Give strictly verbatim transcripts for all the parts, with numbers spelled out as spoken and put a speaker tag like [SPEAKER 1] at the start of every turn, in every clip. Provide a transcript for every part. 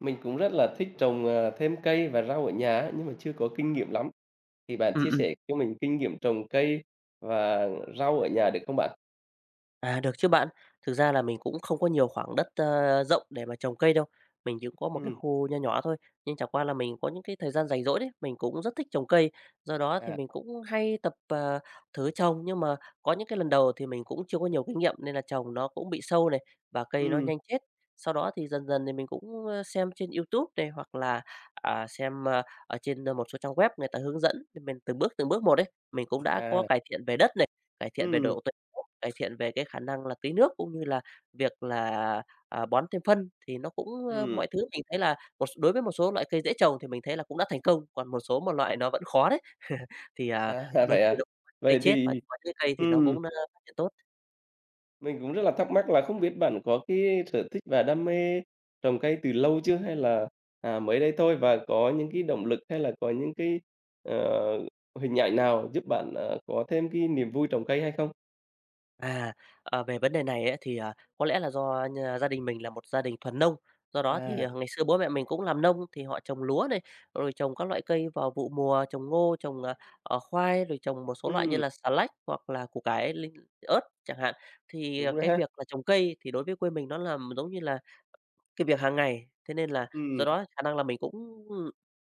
[SPEAKER 1] Mình cũng rất là thích trồng, ờ, thêm cây và rau ở nhà á, nhưng mà chưa có kinh nghiệm lắm. Thì bạn
[SPEAKER 2] Ừm,
[SPEAKER 1] chia
[SPEAKER 2] ừm.
[SPEAKER 1] sẻ cho mình kinh nghiệm trồng cây và rau ở nhà được không bạn?
[SPEAKER 2] À, được chứ bạn. Thực ra là mình cũng không có nhiều khoảng đất, ơ, rộng để mà trồng cây đâu. Mình chỉ có một cái
[SPEAKER 1] Ừm,
[SPEAKER 2] khu nho nhỏ thôi, nhưng chẳng qua là mình có những cái thời gian rảnh rỗi đấy, mình cũng rất thích trồng cây. Do đó thì
[SPEAKER 1] à,
[SPEAKER 2] mình cũng hay tập, ờ, thử trồng, nhưng mà có những cái lần đầu thì mình cũng chưa có nhiều kinh nghiệm nên là trồng nó cũng bị sâu này, và cây nó
[SPEAKER 1] ừm,
[SPEAKER 2] nhanh chết. Sau đó thì dần dần thì mình cũng, ơ, xem trên YouTube này, hoặc là, à, xem, ơ, ở trên, ờ, một số trang web người ta hướng dẫn, thì mình từng bước, từng bước một đấy. Mình cũng đã có
[SPEAKER 1] à,
[SPEAKER 2] cải thiện về đất này, cải thiện về
[SPEAKER 1] ừm,
[SPEAKER 2] độ Cải thiện về cái khả năng là tưới nước cũng như là việc là, à, bón thêm phân thì nó cũng, ơ,
[SPEAKER 1] ừm,
[SPEAKER 2] mọi thứ mình thấy là một s đối với một số loại cây dễ trồng thì mình thấy là cũng đã thành công, còn một số một loại nó vẫn khó đấy, thì, à,
[SPEAKER 1] à,
[SPEAKER 2] đôi
[SPEAKER 1] vậy
[SPEAKER 2] khi
[SPEAKER 1] à?
[SPEAKER 2] nó cũng có những cây
[SPEAKER 1] Vậy
[SPEAKER 2] chết
[SPEAKER 1] thì
[SPEAKER 2] và có những cây thì nó
[SPEAKER 1] ừm,
[SPEAKER 2] cũng, ơ, phát triển tốt.
[SPEAKER 1] mình cũng rất là thắc mắc là không biết bạn có cái sở thích và đam mê trồng cây từ lâu chưa hay là, à, mới đây thôi? Và có những cái động lực hay là có những cái, ờ, hình ảnh nào giúp bạn, ờ, có thêm cái niềm vui trồng cây hay không?
[SPEAKER 2] À, ờ, về vấn đề này ấy, thì, à, có lẽ là do nh gia đình mình là một gia đình thuần nông, do đó thì,
[SPEAKER 1] À,
[SPEAKER 2] ờ, ngày xưa bố mẹ mình cũng làm nông thì họ trồng lúa này, rồi trồng các loại cây vào vụ mùa, trồng ngô, trồng, ờ, ờ, khoai, rồi trồng một số loại như
[SPEAKER 1] ừm.
[SPEAKER 2] là xà lách hoặc là củ cải, linh ớt chẳng hạn. Thì, ờ,
[SPEAKER 1] Đúng rồi
[SPEAKER 2] cái
[SPEAKER 1] ha.
[SPEAKER 2] việc là trồng cây thì đối với quê mình nó là giống như là cái việc hàng ngày, thế nên là do
[SPEAKER 1] Ừm,
[SPEAKER 2] đó khả năng là mình cũng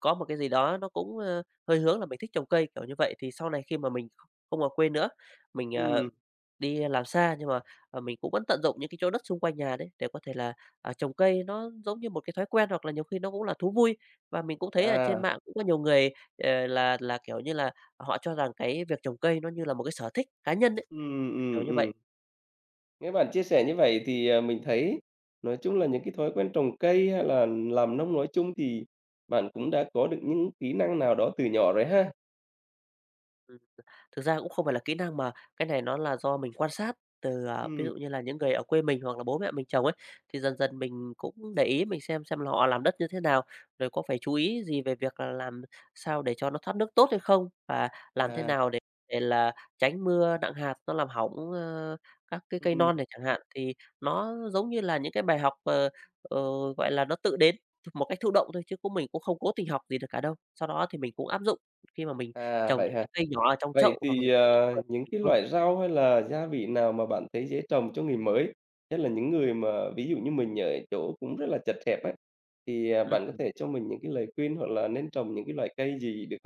[SPEAKER 2] có một cái gì đó nó cũng, ơ, hơi hướng là mình thích trồng cây, kiểu như vậy. Thì sau này khi mà mình kh không ở quê nữa, mình, ờ
[SPEAKER 1] ừm,
[SPEAKER 2] Đi làm xa nhưng mà, ờ, mình cũng vẫn tận dụng những cái chỗ đất xung quanh nhà đấy để có thể là, à, trồng cây nó giống như một cái thói quen hoặc là nhiều khi nó cũng là thú vui. Và mình cũng thấy ở trên
[SPEAKER 1] à,
[SPEAKER 2] mạng cũng có nhiều người, ờ, là là, kiểu như là, họ cho rằng cái việc trồng cây nó như là một cái sở thích cá nhân ấy,
[SPEAKER 1] ừm,
[SPEAKER 2] kiểu
[SPEAKER 1] ừm,
[SPEAKER 2] như
[SPEAKER 1] ừm.
[SPEAKER 2] vậy.
[SPEAKER 1] Nghe bạn chia sẻ như vậy thì, à, mình thấy nói chung là những cái thói quen trồng cây hay là làm nông nói chung thì bạn cũng đã có được những kỹ năng nào đó từ nhỏ rồi ha?
[SPEAKER 2] Ừ. Thực ra cũng không phải là kỹ năng mà cái này nó là do mình quan sát từ, à, ví
[SPEAKER 1] Ừm.
[SPEAKER 2] dụ như là những người ở quê mình hoặc là bố mẹ mình trồng ấy, thì dần dần mình cũng để ý mình xem xem là họ làm đất như thế nào, rồi có phải chú ý gì về việc là làm sao để cho nó thoát nước tốt hay không? Và làm thế
[SPEAKER 1] À,
[SPEAKER 2] nào để để là tránh mưa nặng hạt nó làm hỏng, ơ, các cái cây
[SPEAKER 1] ừm.
[SPEAKER 2] non này chẳng hạn. Thì nó giống như là những cái bài học, ờ, ờ, gọi là, nó tự đến một cách thụ động thôi chứ cũng mình cũng không cố tình học gì được cả đâu. Sau đó thì mình cũng áp dụng khi mà mình
[SPEAKER 1] À,
[SPEAKER 2] Trồng
[SPEAKER 1] vậy
[SPEAKER 2] những cái
[SPEAKER 1] hả?
[SPEAKER 2] cây nhỏ ở trong
[SPEAKER 1] Vậy
[SPEAKER 2] chậu hoặc là
[SPEAKER 1] thì,
[SPEAKER 2] trong những cái
[SPEAKER 1] ờ,
[SPEAKER 2] vườn của
[SPEAKER 1] những
[SPEAKER 2] mình
[SPEAKER 1] cái
[SPEAKER 2] thôi.
[SPEAKER 1] loại rau hay là gia vị nào mà bạn thấy dễ trồng cho người mới? Nhất là những người mà ví dụ như mình ở chỗ cũng rất là chật hẹp ấy, thì, à,
[SPEAKER 2] Ừm.
[SPEAKER 1] bạn có thể cho mình những cái lời khuyên hoặc là nên trồng những cái loại cây gì được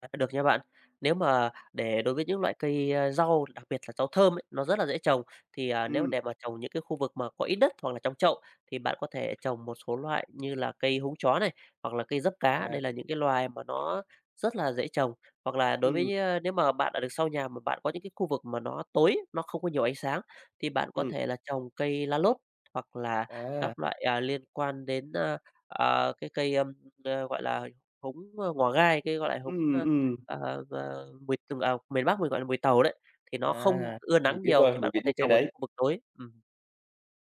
[SPEAKER 2] À, được nha bạn. Nếu mà để đối với những loại cây, a, rau, đặc biệt là rau thơm ấy, nó rất là dễ trồng, thì, à, nếu
[SPEAKER 1] không?
[SPEAKER 2] để mà trồng những cái khu vực mà có ít đất hoặc là trong chậu, thì bạn có thể trồng một số loại như là cây húng chó này, hoặc là cây giấp cá. Đây
[SPEAKER 1] À,
[SPEAKER 2] là những cái loài mà nó rất là dễ trồng. Hoặc là đối
[SPEAKER 1] ừm,
[SPEAKER 2] với, a, nếu mà bạn ở được sau nhà mà bạn có những cái khu vực mà nó tối, nó không có nhiều ánh sáng, thì bạn có
[SPEAKER 1] ừm,
[SPEAKER 2] thể là trồng cây lá lốt, hoặc là
[SPEAKER 1] à,
[SPEAKER 2] các loại, à, liên quan đến, a, à, cái cây, ưm, ờ, gọi là, húng, ơ, ngò gai, cái, gọi là, húng,
[SPEAKER 1] ừm,
[SPEAKER 2] ờ,
[SPEAKER 1] ừm.
[SPEAKER 2] Ờ, ờ, mùi từng à, miền Bắc mình gọi là mùi tàu đấy, thì nó không
[SPEAKER 1] À,
[SPEAKER 2] ưa
[SPEAKER 1] mình
[SPEAKER 2] nắng
[SPEAKER 1] biết
[SPEAKER 2] nhiều thì
[SPEAKER 1] rồi,
[SPEAKER 2] bạn
[SPEAKER 1] mình
[SPEAKER 2] có
[SPEAKER 1] biết
[SPEAKER 2] thể
[SPEAKER 1] những cái
[SPEAKER 2] trồng ở những
[SPEAKER 1] đấy.
[SPEAKER 2] khu vực tối. Ừm,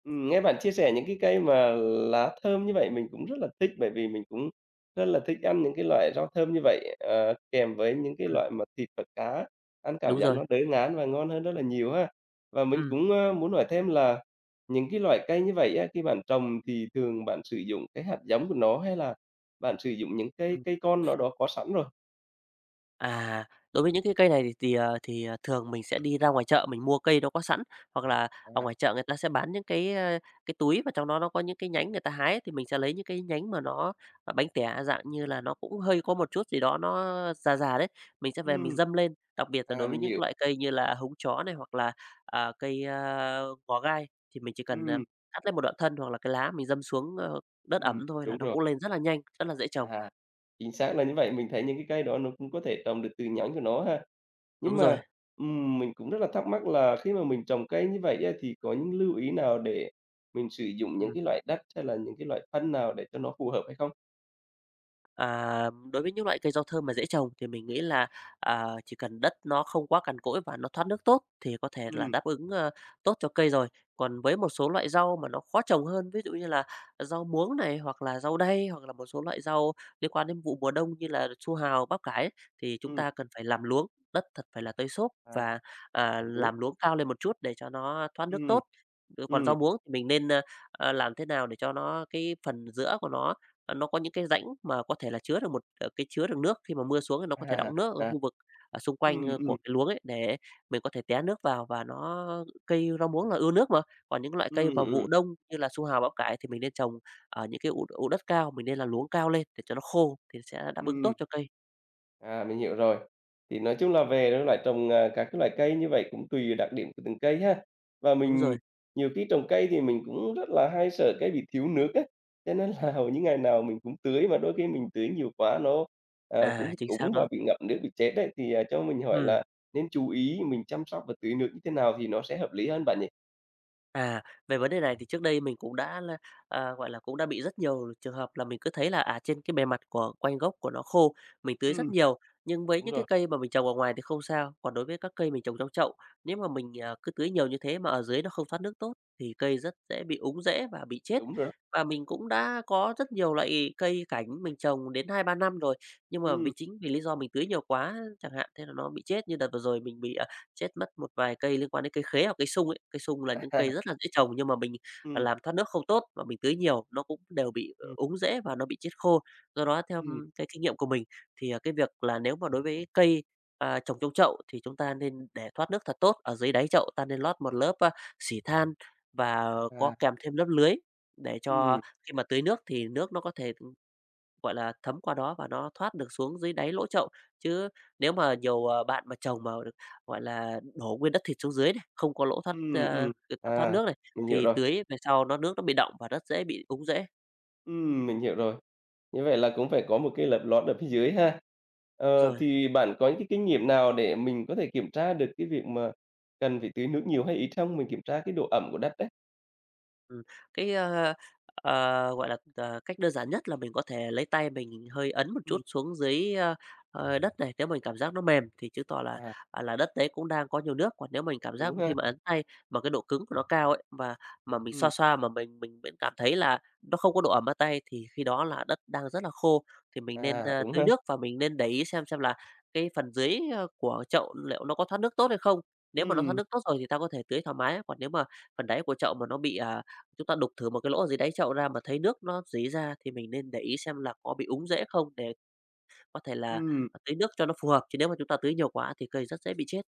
[SPEAKER 1] Ừm, nghe bạn chia sẻ những cái cây mà lá thơm như vậy mình cũng rất là thích, bởi vì mình cũng rất là thích ăn những cái loại rau thơm như vậy, ờ, kèm với những cái
[SPEAKER 2] ừm,
[SPEAKER 1] loại mà thịt và cá, ăn cảm
[SPEAKER 2] đúng
[SPEAKER 1] giác
[SPEAKER 2] rồi.
[SPEAKER 1] nó đỡ ngán và ngon hơn rất là nhiều ha. Và mình
[SPEAKER 2] Ừm,
[SPEAKER 1] cũng, ơ, muốn hỏi thêm là những cái loại cây như vậy á, khi bạn trồng thì thường bạn sử dụng cái hạt giống của nó hay là bạn sử dụng những cây
[SPEAKER 2] ừm.
[SPEAKER 1] cây con nó đó có sẵn rồi?
[SPEAKER 2] À, đối với những cái cây này thì thì, ờ, thì, ờ, thường mình sẽ đi ra ngoài chợ mình mua cây nó có sẵn, hoặc là ở
[SPEAKER 1] À,
[SPEAKER 2] ngoài chợ người ta sẽ bán những cái, ơ, cái túi và trong đó nó có những cái nhánh người ta hái thì mình sẽ lấy những cái nhánh mà nó, à, bánh tẻ dạng như là nó cũng hơi có một chút gì đó nó già già đấy, mình sẽ về mình
[SPEAKER 1] ừm.
[SPEAKER 2] dâm lên. Đặc biệt là
[SPEAKER 1] À,
[SPEAKER 2] đối với
[SPEAKER 1] mình
[SPEAKER 2] những
[SPEAKER 1] hiểu.
[SPEAKER 2] loại cây như là húng chó này hoặc là, à, cây, ơ, ngò gai thì mình chỉ cần, ờ,
[SPEAKER 1] Ừm.
[SPEAKER 2] cắt lên một đoạn thân hoặc là cái lá mình dâm xuống, ơ, đất
[SPEAKER 1] Ừm,
[SPEAKER 2] ẩm thôi là
[SPEAKER 1] đúng
[SPEAKER 2] nó
[SPEAKER 1] rồi.
[SPEAKER 2] cũng lên rất là nhanh, rất là dễ trồng.
[SPEAKER 1] À, chính xác là như vậy, mình thấy những cái cây đó nó cũng có thể trồng được từ nhánh của nó ha.
[SPEAKER 2] Đúng
[SPEAKER 1] Nhưng
[SPEAKER 2] rồi,
[SPEAKER 1] mà, ừm, mình cũng rất là thắc mắc là khi mà mình trồng cây như vậy á, thì có những lưu ý nào để mình sử dụng những
[SPEAKER 2] ừm.
[SPEAKER 1] cái loại đất hay là những cái loại phân nào để cho nó phù hợp hay không?
[SPEAKER 2] À, đối với những loại cây rau thơm mà dễ trồng thì mình nghĩ là, à, chỉ cần đất nó không quá cằn cỗi và nó thoát nước tốt thì có thể là
[SPEAKER 1] Ừm,
[SPEAKER 2] đáp ứng, ơ, tốt cho cây rồi. Còn với một số loại rau mà nó khó trồng hơn, ví dụ như là rau muống này, hoặc là rau đay, hoặc là một số loại rau liên quan đến vụ mùa đông như là su hào, bắp cải thì chúng
[SPEAKER 1] ừm,
[SPEAKER 2] ta cần phải làm luống, đất thật phải là tơi xốp
[SPEAKER 1] à,
[SPEAKER 2] và, à,
[SPEAKER 1] còn đối
[SPEAKER 2] làm luống cao lên một chút để cho nó thoát nước tốt.
[SPEAKER 1] ừm,
[SPEAKER 2] Ừ, còn
[SPEAKER 1] ừm,
[SPEAKER 2] rau muống thì mình nên, ơ, ờ, làm thế nào để cho nó cái phần giữa của nó Ờ, nó có những cái rãnh mà có thể là chứa được một ờ, cái chứa được nước, khi mà mưa xuống thì nó có thể
[SPEAKER 1] à,
[SPEAKER 2] đọng nước ở
[SPEAKER 1] à,
[SPEAKER 2] khu vực ở xung quanh,
[SPEAKER 1] ừm,
[SPEAKER 2] ơ, của
[SPEAKER 1] ừm,
[SPEAKER 2] cái luống ấy, để mình có thể té nước vào và nó cây rau muống là ưa nước mà. Còn những loại cây
[SPEAKER 1] ừm,
[SPEAKER 2] vào vụ
[SPEAKER 1] ừm,
[SPEAKER 2] đông như là su hào, bắp cải thì mình nên trồng ở những cái ụ ụ đất cao, mình nên làm luống cao lên để cho nó khô thì sẽ đáp ứng tốt
[SPEAKER 1] ừm.
[SPEAKER 2] cho cây.
[SPEAKER 1] À, mình hiểu rồi. Thì nói chung là về cái loại trồng, à, các cái loại cây như vậy cũng tùy đặc điểm của từng cây ha. Và
[SPEAKER 2] Đúng
[SPEAKER 1] mình
[SPEAKER 2] rồi,
[SPEAKER 1] nhiều khi trồng cây thì mình cũng rất là hay sợ cây bị thiếu nước á, cho nên là hầu như ngày nào mình cũng tưới mà đôi khi mình tưới nhiều quá nó, à, cũng
[SPEAKER 2] à,
[SPEAKER 1] bị
[SPEAKER 2] chính xác
[SPEAKER 1] úng và
[SPEAKER 2] đó.
[SPEAKER 1] bị ngậm nước, bị chết đấy. Thì, à, cho mình hỏi
[SPEAKER 2] Ừm.
[SPEAKER 1] là nên chú ý mình chăm sóc và tưới nước như thế nào thì nó sẽ hợp lý hơn bạn nhỉ?
[SPEAKER 2] À, về vấn đề này thì trước đây mình cũng đã là, à, gọi là, cũng đã bị rất nhiều trường hợp là mình cứ thấy là, à, trên cái bề mặt của quanh gốc của nó khô, mình tưới rất
[SPEAKER 1] Ừm.
[SPEAKER 2] nhiều. Nhưng với
[SPEAKER 1] Đúng
[SPEAKER 2] những cái
[SPEAKER 1] rồi,
[SPEAKER 2] cây mà mình trồng ở ngoài thì không sao, còn đối với các cây mình trồng trong chậu, nếu mà mình, à, cứ tưới nhiều như thế mà ở dưới nó không thoát nước tốt thì cây rất dễ bị úng rễ và bị chết.
[SPEAKER 1] đúng rồi đó.
[SPEAKER 2] Và mình cũng đã có rất nhiều loại cây cảnh mình trồng đến hai ba năm rồi, nhưng mà vì
[SPEAKER 1] Ừm.
[SPEAKER 2] chính vì lý do mình tưới nhiều quá chẳng hạn, thế là nó bị chết. Như đợt vừa rồi mình bị, à, chết mất một vài cây liên quan đến cây khế hoặc cây sung ấy. Cây sung là những cây
[SPEAKER 1] À.
[SPEAKER 2] rất là dễ trồng nhưng mà mình, à,
[SPEAKER 1] Ừm,
[SPEAKER 2] làm thoát nước không tốt và mình tưới nhiều, nó cũng đều bị ờ,
[SPEAKER 1] ừm,
[SPEAKER 2] úng rễ và nó bị chết khô. Do đó theo
[SPEAKER 1] ừm.
[SPEAKER 2] m- cái kinh nghiệm của mình thì, à, cái việc là nếu mà đối với cây, à, trồng trong chậu thì chúng ta nên để thoát nước thật tốt, ở dưới đáy chậu ta nên lót một lớp, a, xỉ than và có
[SPEAKER 1] À.
[SPEAKER 2] kèm thêm lớp lưới để cho
[SPEAKER 1] Ừm,
[SPEAKER 2] khi mà tưới nước thì nước nó có thể Gọi là, thấm qua đó và nó thoát được xuống dưới đáy lỗ chậu. Chứ nếu mà nhiều, ờ, bạn mà trồng mà, gọi là, đổ nguyên đất thịt xuống dưới này, không có lỗ thoát,
[SPEAKER 1] ừm,
[SPEAKER 2] ơ,
[SPEAKER 1] ừm.
[SPEAKER 2] thoát thoát
[SPEAKER 1] À,
[SPEAKER 2] nước này,
[SPEAKER 1] mình hiểu
[SPEAKER 2] thì
[SPEAKER 1] rồi.
[SPEAKER 2] tưới về sau nó nước nó bị đọng và rất dễ bị úng rễ.
[SPEAKER 1] Ừm, mình hiểu rồi. Như vậy là cũng phải có một cái lập lót ở phía dưới ha.
[SPEAKER 2] Đúng
[SPEAKER 1] Ờ,
[SPEAKER 2] rồi.
[SPEAKER 1] thì bạn có những cái kinh nghiệm nào để mình có thể kiểm tra được cái việc mà cần phải tưới nước nhiều hay ít không? Mình kiểm tra cái độ ẩm của đất đấy.
[SPEAKER 2] Ừm, cái, ơ, ờ, gọi là, ờ, Cách đơn giản nhất là mình có thể lấy tay mình hơi ấn một chút
[SPEAKER 1] Ừm.
[SPEAKER 2] xuống dưới, ơ, ờ, đất này, nếu mình cảm giác nó mềm thì chứng tỏ là,
[SPEAKER 1] À,
[SPEAKER 2] à, là đất đấy cũng đang có nhiều nước, còn nếu mình cảm giác
[SPEAKER 1] đúng
[SPEAKER 2] khi
[SPEAKER 1] ha.
[SPEAKER 2] mà ấn tay mà cái độ cứng của nó cao ấy, mà mà mình xoa
[SPEAKER 1] Ừm,
[SPEAKER 2] xoa mà mình mình vẫn cảm thấy là nó không có độ ẩm ở tay thì khi đó là đất đang rất là khô. Thì mình nên,
[SPEAKER 1] à,
[SPEAKER 2] ơ,
[SPEAKER 1] đúng
[SPEAKER 2] tưới
[SPEAKER 1] ha.
[SPEAKER 2] nước và mình nên để ý xem xem là cái phần dưới, ơ, của chậu liệu nó có thoát nước tốt hay không. Nếu mà nó thoát
[SPEAKER 1] Ừm,
[SPEAKER 2] nước tốt rồi thì ta có thể tưới thoải mái, còn nếu mà phần đáy của chậu mà nó bị, à, chúng ta đục thử một cái lỗ gì đáy chậu ra mà thấy nước nó rỉ ra thì mình nên để ý xem là có bị úng rễ không để có thể là
[SPEAKER 1] ừm,
[SPEAKER 2] tưới nước cho nó phù hợp, chứ nếu mà chúng ta tưới nhiều quá thì cây rất dễ bị chết.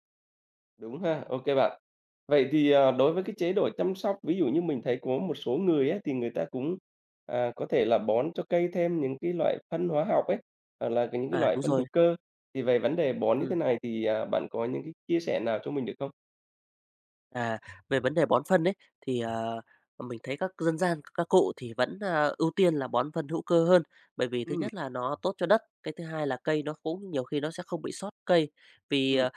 [SPEAKER 1] đúng ha. OK bạn. Vậy thì, ờ, đối với cái chế độ chăm sóc, ví dụ như mình thấy có một số người á, thì người ta cũng, à, có thể là bón cho cây thêm những cái loại phân hóa học ấy, hoặc là cái những cái
[SPEAKER 2] À,
[SPEAKER 1] loại
[SPEAKER 2] đúng
[SPEAKER 1] phân
[SPEAKER 2] rồi.
[SPEAKER 1] hữu cơ, thì về vấn đề bón như
[SPEAKER 2] Ừm.
[SPEAKER 1] thế này thì, à, bạn có những cái chia sẻ nào cho mình được không?
[SPEAKER 2] À, về vấn đề bón phân ấy, thì, ờ, mình thấy các dân gian, các cụ thì vẫn, a, ưu tiên là bón phân hữu cơ hơn. Bởi vì thứ
[SPEAKER 1] Ừm,
[SPEAKER 2] nhất là nó tốt cho đất, cái thứ hai là cây nó cũng nhiều khi nó sẽ không bị sót cây. Vì,
[SPEAKER 1] ừm,
[SPEAKER 2] ờ,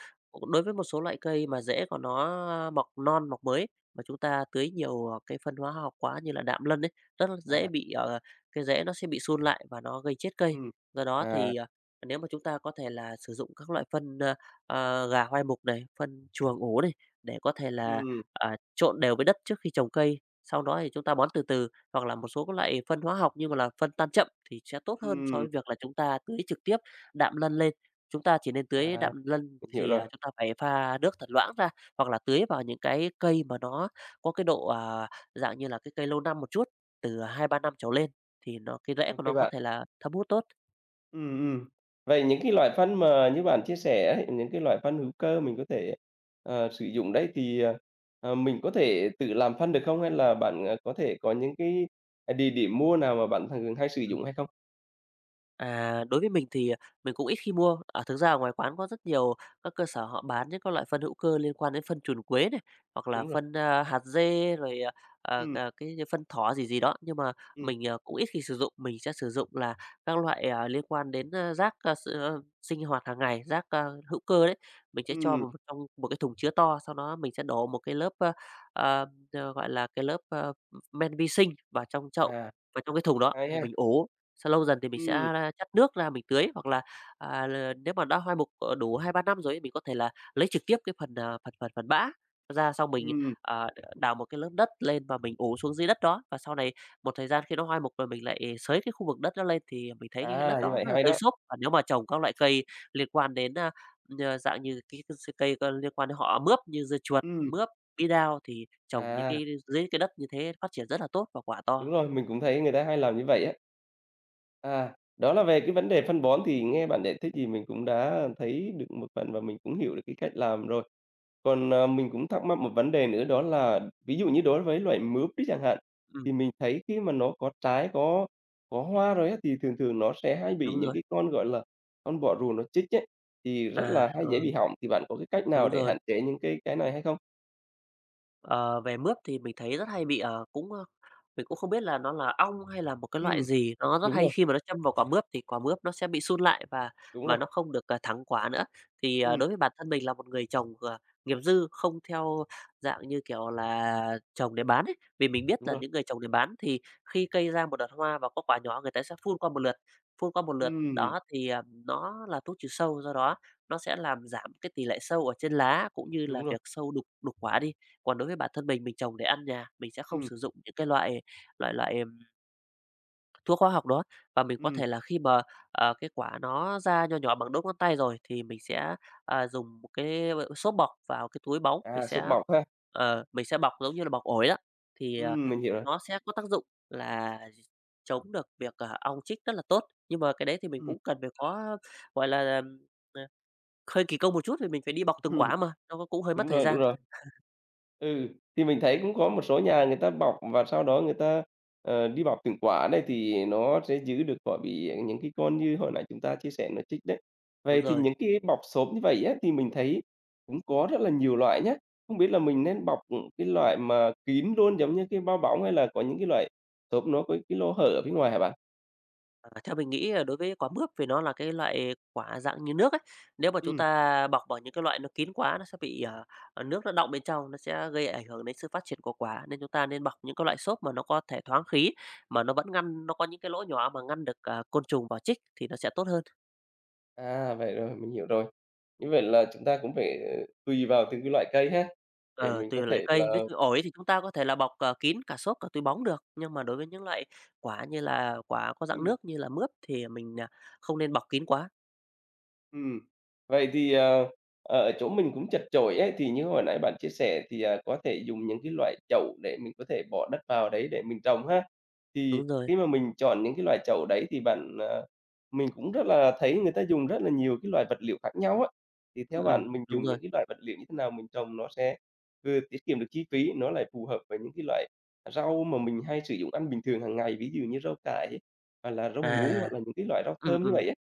[SPEAKER 2] Đối với một số loại cây mà rễ của nó mọc non, mọc mới mà chúng ta tưới nhiều, ờ, cái phân hóa học quá như là đạm lân ấy, rất là dễ
[SPEAKER 1] à,
[SPEAKER 2] bị, ờ, cái rễ nó sẽ bị sun lại và nó gây chết cây.
[SPEAKER 1] ừm,
[SPEAKER 2] Do đó
[SPEAKER 1] à.
[SPEAKER 2] thì, ờ, nếu mà chúng ta có thể là sử dụng các loại phân, ơ, ờ, gà hoai mục này, phân chuồng ủ này, để có thể là,
[SPEAKER 1] Ừm,
[SPEAKER 2] à, trộn đều với đất trước khi trồng cây, sau đó thì chúng ta bón từ từ, hoặc là một số các loại phân hóa học nhưng mà là phân tan chậm thì sẽ tốt hơn so
[SPEAKER 1] ừm.
[SPEAKER 2] với việc là chúng ta tưới trực tiếp, đạm lân lên. Chúng ta chỉ nên tưới đạm
[SPEAKER 1] À,
[SPEAKER 2] lân
[SPEAKER 1] mình hiểu
[SPEAKER 2] thì,
[SPEAKER 1] rồi.
[SPEAKER 2] à, chúng ta phải pha nước thật loãng ra, hoặc là tưới vào những cái cây mà nó có cái độ, à, dạng như là, cái cây lâu năm một chút, từ hai ba năm trở lên thì nó cái rễ
[SPEAKER 1] OK
[SPEAKER 2] của nó có
[SPEAKER 1] bạn.
[SPEAKER 2] thể là thấm hút tốt.
[SPEAKER 1] Ừm, ừm. Vậy những cái loại phân mà như bạn chia sẻ ấy, những cái loại phân hữu cơ mình có thể, ờ, sử dụng đấy thì, ờ, ờ, mình có thể tự làm phân được không? Hay là bạn, ờ, có thể có những cái, à, địa điểm mua nào mà bạn thường hay sử dụng hay không?
[SPEAKER 2] À, đối với mình thì, à, mình cũng ít khi mua. À, thực ra ở ngoài quán có rất nhiều các cơ sở họ bán những các loại phân hữu cơ liên quan đến phân trùn quế này, hoặc là
[SPEAKER 1] Đúng rồi.
[SPEAKER 2] phân, a, hạt dê rồi, à, à,
[SPEAKER 1] Ừm,
[SPEAKER 2] à, cái phân thỏ gì gì đó, nhưng mà
[SPEAKER 1] ừm,
[SPEAKER 2] mình, à, cũng ít khi sử dụng. Mình sẽ sử dụng là các loại, à, liên quan đến, a, rác, a, s a, sinh hoạt hàng ngày, rác, a, hữu cơ đấy. Mình sẽ cho
[SPEAKER 1] ừm.
[SPEAKER 2] vào một trong một cái thùng chứa to, sau đó mình sẽ đổ một cái lớp, a, à, ờ, gọi là, cái lớp, a, men vi sinh vào trong chậu,
[SPEAKER 1] À,
[SPEAKER 2] vào trong cái thùng đó,
[SPEAKER 1] hay
[SPEAKER 2] rồi
[SPEAKER 1] ha.
[SPEAKER 2] mình ủ. Sau lâu dần thì mình sẽ
[SPEAKER 1] Ừm,
[SPEAKER 2] chắt nước ra mình tưới hoặc là, à, l nếu mà đã hoa mục, ờ, đủ hai ba năm rồi ấy, mình có thể là lấy trực tiếp cái phần, à, phần phần phần bã ra, xong mình,
[SPEAKER 1] ừm.
[SPEAKER 2] ờ, đào một cái lớp đất lên và mình ủ xuống dưới đất đó. Và sau này một thời gian khi nó hoa mục rồi mình lại xới cái khu vực đất đó lên thì mình thấy cái đất
[SPEAKER 1] À, như
[SPEAKER 2] đó
[SPEAKER 1] vậy
[SPEAKER 2] rất là
[SPEAKER 1] hay
[SPEAKER 2] tơi
[SPEAKER 1] đó.
[SPEAKER 2] xốp. Và nếu mà trồng các loại cây liên quan đến, a, ờ, dạng như cái cái cây c liên quan đến họ mướp như dưa chuột,
[SPEAKER 1] Ừm.
[SPEAKER 2] mướp, bí đao thì trồng những
[SPEAKER 1] À.
[SPEAKER 2] cái dưới cái đất như thế phát triển rất là tốt và quả to.
[SPEAKER 1] Đúng rồi, mình cũng thấy người ta hay làm như vậy á. À, đó là về cái vấn đề phân bón thì nghe bạn giải thích thì mình cũng đã thấy được một phần và mình cũng hiểu được cái cách làm rồi. Còn, ờ, mình cũng thắc mắc một vấn đề nữa đó là ví dụ như đối với loại mướp đi chẳng hạn,
[SPEAKER 2] Ừm,
[SPEAKER 1] thì mình thấy khi mà nó có trái, có có hoa rồi á, thì thường thường nó sẽ hay bị
[SPEAKER 2] đúng
[SPEAKER 1] những
[SPEAKER 2] rồi.
[SPEAKER 1] cái con, gọi là, con bọ rùa nó chích ấy, thì rất
[SPEAKER 2] À,
[SPEAKER 1] là hay dễ
[SPEAKER 2] ờ.
[SPEAKER 1] bị hỏng, thì bạn có cái cách nào
[SPEAKER 2] Đúng
[SPEAKER 1] để
[SPEAKER 2] rồi.
[SPEAKER 1] hạn chế những cái cái này hay không?
[SPEAKER 2] Ờ, về mướp thì mình thấy rất hay bị, ờ, cũng, ơ mình cũng không biết là nó là ong hay là một cái loại
[SPEAKER 1] Ừm,
[SPEAKER 2] gì, nó rất
[SPEAKER 1] đúng
[SPEAKER 2] hay
[SPEAKER 1] rồi,
[SPEAKER 2] khi mà nó châm vào quả mướp thì quả mướp nó sẽ bị sun lại và
[SPEAKER 1] đúng
[SPEAKER 2] và
[SPEAKER 1] rồi,
[SPEAKER 2] nó không được, à, thẳng quả nữa. Thì, ờ,
[SPEAKER 1] ừm,
[SPEAKER 2] đối với bản thân mình là một người trồng, ờ, nghiệp dư, không theo dạng như, kiểu là, trồng để bán ấy, vì mình biết
[SPEAKER 1] đúng
[SPEAKER 2] là
[SPEAKER 1] rồi,
[SPEAKER 2] những người trồng để bán thì khi cây ra một đợt hoa và có quả nhỏ người ta sẽ phun qua một lượt, phun qua một lượt
[SPEAKER 1] ừm,
[SPEAKER 2] đó thì, ờ, nó là thuốc trừ sâu, do đó nó sẽ làm giảm cái tỷ lệ sâu ở trên lá cũng như là
[SPEAKER 1] đúng rồi,
[SPEAKER 2] việc sâu đục đục quả đi. Còn đối với bản thân mình, mình trồng để ăn nhà, mình sẽ không
[SPEAKER 1] ừm.
[SPEAKER 2] sử dụng những cái loại loại loại, ừm, thuốc hóa học đó. Và mình có
[SPEAKER 1] Ừm,
[SPEAKER 2] thể là khi mà, ờ, cái quả nó ra nho nhỏ bằng đốt ngón tay rồi thì mình sẽ, à, dùng một cái xốp bọc vào cái túi bóng, mình
[SPEAKER 1] à,
[SPEAKER 2] sẽ
[SPEAKER 1] sốt mỏng ha.
[SPEAKER 2] ờ, mình sẽ bọc giống như là bọc ổi đó, thì, ờ,
[SPEAKER 1] Ừm, mình hiểu rồi.
[SPEAKER 2] nó sẽ có tác dụng là chống được việc, ờ, ong chích rất là tốt. Nhưng mà cái đấy thì mình
[SPEAKER 1] Ừm,
[SPEAKER 2] cũng cần phải có, gọi là, ờ, hơi kỳ công một chút thì mình phải đi bọc từng
[SPEAKER 1] ừm,
[SPEAKER 2] quả mà, nó cũng hơi mất
[SPEAKER 1] đúng
[SPEAKER 2] thời
[SPEAKER 1] rồi, đúng
[SPEAKER 2] gian.
[SPEAKER 1] rồi. Ừ, thì mình thấy cũng có một số nhà người ta bọc và sau đó người ta, ờ, đi bọc từng quả đấy thì nó sẽ giữ được khỏi bị những cái con như hồi nãy chúng ta chia sẻ nó chích đấy.
[SPEAKER 2] Đúng
[SPEAKER 1] Vậy thì
[SPEAKER 2] rồi.
[SPEAKER 1] những cái bọc xốp như vậy á, thì mình thấy cũng có rất là nhiều loại nhá. Không biết là mình nên bọc, ừm, cái loại mà kín luôn giống như cái bao bóng hay là có những cái loại xốp nó có cái lỗ hở ở phía ngoài hả bạn?
[SPEAKER 2] À, theo mình nghĩ là đối với quả mướp vì nó là cái loại quả dạng như nước ấy, nếu mà chúng
[SPEAKER 1] Ừm.
[SPEAKER 2] ta bọc vào những cái loại nó kín quá nó sẽ bị, ờ, ờ, nước nó đọng bên trong, nó sẽ gây ảnh hưởng đến sự phát triển của quả, nên chúng ta nên bọc những cái loại xốp mà nó có thể thoáng khí, mà nó vẫn ngăn nó có những cái lỗ nhỏ mà ngăn được, à, côn trùng vào chích thì nó sẽ tốt hơn.
[SPEAKER 1] À, vậy rồi, mình hiểu rồi. Như vậy là chúng ta cũng phải, ờ, tùy vào từng cái loại cây ha, để
[SPEAKER 2] Ờ,
[SPEAKER 1] mình có
[SPEAKER 2] tùy loại
[SPEAKER 1] thể là
[SPEAKER 2] cây, ví dụ ổi thì chúng ta có thể là bọc, ờ, kín cả xốp, cả túi bóng được, nhưng mà đối với những loại quả như là quả có dạng
[SPEAKER 1] ừm.
[SPEAKER 2] nước như là mướp thì mình, à, không nên bọc kín quá.
[SPEAKER 1] Ừm. Vậy thì, ờ, ờ, ở chỗ mình cũng chật chội ấy, thì như hồi nãy bạn chia sẻ thì, à, có thể dùng những cái loại chậu để mình có thể bỏ đất vào đấy để mình trồng ha. Thì
[SPEAKER 2] Đúng rồi,
[SPEAKER 1] khi mà mình chọn những cái loại chậu đấy thì bạn, ờ mình cũng rất là thấy người ta dùng rất là nhiều cái loại vật liệu khác nhau á, thì theo
[SPEAKER 2] ừm, ừm,
[SPEAKER 1] bạn mình
[SPEAKER 2] đúng
[SPEAKER 1] dùng
[SPEAKER 2] rồi.
[SPEAKER 1] những cái loại vật liệu như thế nào mình trồng nó sẽ vừa tiết kiệm được chi phí, nó lại phù hợp với những cái loại rau mà mình hay sử dụng ăn bình thường hàng ngày, ví dụ như rau cải, hoặc là rau muống,
[SPEAKER 2] À,
[SPEAKER 1] hoặc là những cái loại rau
[SPEAKER 2] ừm,
[SPEAKER 1] thơm như
[SPEAKER 2] ừm.
[SPEAKER 1] vậy á?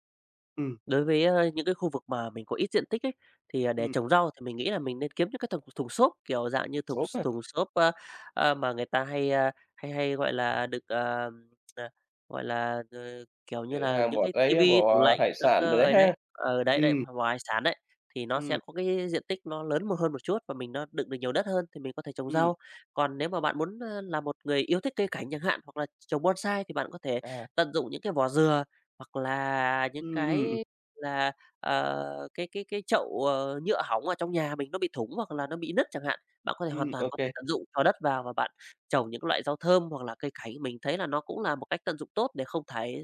[SPEAKER 1] Ừm,
[SPEAKER 2] Đối với, a, những cái khu vực mà mình có ít diện tích ấy, thì, à, để
[SPEAKER 1] ừm,
[SPEAKER 2] trồng rau thì mình nghĩ là mình nên kiếm những cái thùng thùng xốp, kiểu, dạng như thùng
[SPEAKER 1] số
[SPEAKER 2] thùng xốp, a, a, mà người ta hay, a, hay hay, gọi là, được, à, à, gọi là, ờ, kiểu như
[SPEAKER 1] Vậy
[SPEAKER 2] là,
[SPEAKER 1] hàng
[SPEAKER 2] những
[SPEAKER 1] bộ
[SPEAKER 2] cái
[SPEAKER 1] đấy
[SPEAKER 2] tivi
[SPEAKER 1] bộ,
[SPEAKER 2] tủ
[SPEAKER 1] à,
[SPEAKER 2] lạnh
[SPEAKER 1] hải
[SPEAKER 2] các,
[SPEAKER 1] sản đồ
[SPEAKER 2] ơ,
[SPEAKER 1] đấy
[SPEAKER 2] ấy đấy,
[SPEAKER 1] ha?
[SPEAKER 2] ở đấy, đấy,
[SPEAKER 1] Ừm,
[SPEAKER 2] hàng hải sản đấy, thì nó sẽ
[SPEAKER 1] ừm,
[SPEAKER 2] có cái diện tích nó lớn một hơn một chút và mình nó đựng được nhiều đất hơn thì mình có thể trồng
[SPEAKER 1] ừm.
[SPEAKER 2] rau. Còn nếu mà bạn muốn, a, là một người yêu thích cây cảnh chẳng hạn, hoặc là trồng bonsai thì bạn có thể
[SPEAKER 1] À.
[SPEAKER 2] tận dụng những cái vỏ dừa, hoặc là những
[SPEAKER 1] Ừm, ừm.
[SPEAKER 2] cái là, ờ, cái cái cái chậu, ờ, nhựa hỏng ở trong nhà mình nó bị thủng hoặc là nó bị nứt chẳng hạn, bạn có thể
[SPEAKER 1] Ừm,
[SPEAKER 2] hoàn
[SPEAKER 1] ừm,
[SPEAKER 2] toàn
[SPEAKER 1] ô
[SPEAKER 2] có thể
[SPEAKER 1] kê,
[SPEAKER 2] tận dụng, cho đất vào và bạn trồng những loại rau thơm hoặc là cây cảnh. Mình thấy là nó cũng là một cách tận dụng tốt để không thải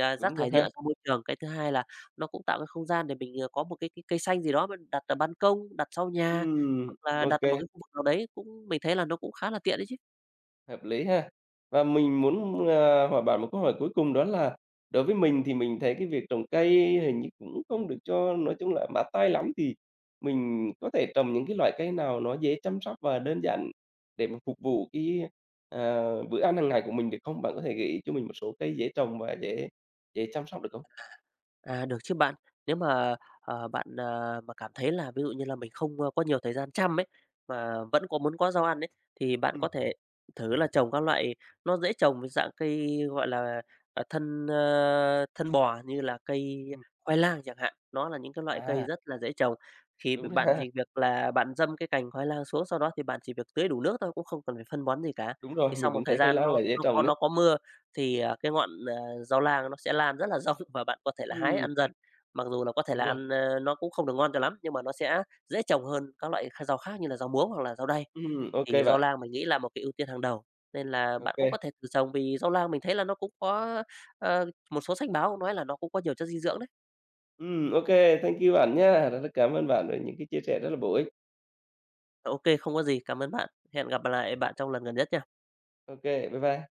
[SPEAKER 2] à, rác
[SPEAKER 1] đúng rồi
[SPEAKER 2] thải nhựa ra
[SPEAKER 1] ha.
[SPEAKER 2] môi trường. Cái thứ hai là nó cũng tạo cái không gian để mình, ờ, có một cái cái cây xanh gì đó mình đặt ở ban công, đặt sau nhà,
[SPEAKER 1] Ừm.
[SPEAKER 2] hoặc là
[SPEAKER 1] Ô
[SPEAKER 2] đặt ở
[SPEAKER 1] kê,
[SPEAKER 2] một cái khu vực nào đấy cũng mình thấy là nó cũng khá là tiện đấy chứ.
[SPEAKER 1] hợp lý ha. Và mình muốn, à, hỏi bạn một câu hỏi cuối cùng đó là đối với mình thì mình thấy cái việc trồng cây hình như cũng không được cho nói chung là mát tay lắm, thì mình có thể trồng những cái loại cây nào nó dễ chăm sóc và đơn giản để mà phục vụ cái, à, bữa ăn hàng ngày của mình được không? Bạn có thể gợi ý cho mình một số cây dễ trồng và dễ dễ chăm sóc được không?
[SPEAKER 2] À, được chứ bạn. Nếu mà, ờ, bạn, à, mà cảm thấy là ví dụ như là mình không, ơ, có nhiều thời gian chăm ấy, mà vẫn có muốn có rau ăn ấy, thì bạn
[SPEAKER 1] Ừm.
[SPEAKER 2] có thể thử là trồng các loại nó dễ trồng với dạng cây, gọi là, à, thân, ơ, thân bò như là cây
[SPEAKER 1] Ừm.
[SPEAKER 2] khoai lang chẳng hạn. Nó là những cái loại cây
[SPEAKER 1] À,
[SPEAKER 2] rất là dễ trồng, khi b
[SPEAKER 1] đúng
[SPEAKER 2] bạn
[SPEAKER 1] ha.
[SPEAKER 2] chỉ việc là bạn dâm cái cành khoai lang xuống, sau đó thì bạn chỉ việc tưới đủ nước thôi, cũng không cần phải phân bón gì cả.
[SPEAKER 1] Đúng
[SPEAKER 2] Thì
[SPEAKER 1] rồi,
[SPEAKER 2] sau
[SPEAKER 1] mình
[SPEAKER 2] một
[SPEAKER 1] cũng
[SPEAKER 2] thời
[SPEAKER 1] thấy khoai
[SPEAKER 2] gian
[SPEAKER 1] lang
[SPEAKER 2] nó
[SPEAKER 1] là dễ
[SPEAKER 2] nó có
[SPEAKER 1] trồng nữa.
[SPEAKER 2] nó có mưa thì, ờ, cái ngọn, ờ, rau lang nó sẽ lan rất là rộng và bạn có thể là hái
[SPEAKER 1] Ừm,
[SPEAKER 2] ăn dần. Mặc dù là có thể
[SPEAKER 1] đúng
[SPEAKER 2] là
[SPEAKER 1] rồi.
[SPEAKER 2] ăn, ơ, nó cũng không được ngon cho lắm, nhưng mà nó sẽ dễ trồng hơn các loại kh rau khác như là rau muống hoặc là rau đay.
[SPEAKER 1] Ừm, ô kê
[SPEAKER 2] Thì rau
[SPEAKER 1] bạn,
[SPEAKER 2] lang mình nghĩ là một cái ưu tiên hàng đầu, nên là
[SPEAKER 1] ô
[SPEAKER 2] bạn
[SPEAKER 1] kê.
[SPEAKER 2] cũng có thể thử trồng vì rau lang mình thấy là nó cũng có, ờ, một số sách báo cũng nói là nó cũng có nhiều chất dinh dưỡng đấy.
[SPEAKER 1] Ừm, ô kê, thank you bạn nhá. Rất rất cảm ơn bạn về những cái chia sẻ rất là bổ ích.
[SPEAKER 2] ô kê, không có gì, cảm ơn bạn. Hẹn gặp lại bạn trong lần gần nhất nha.
[SPEAKER 1] Ô kê, bye bye.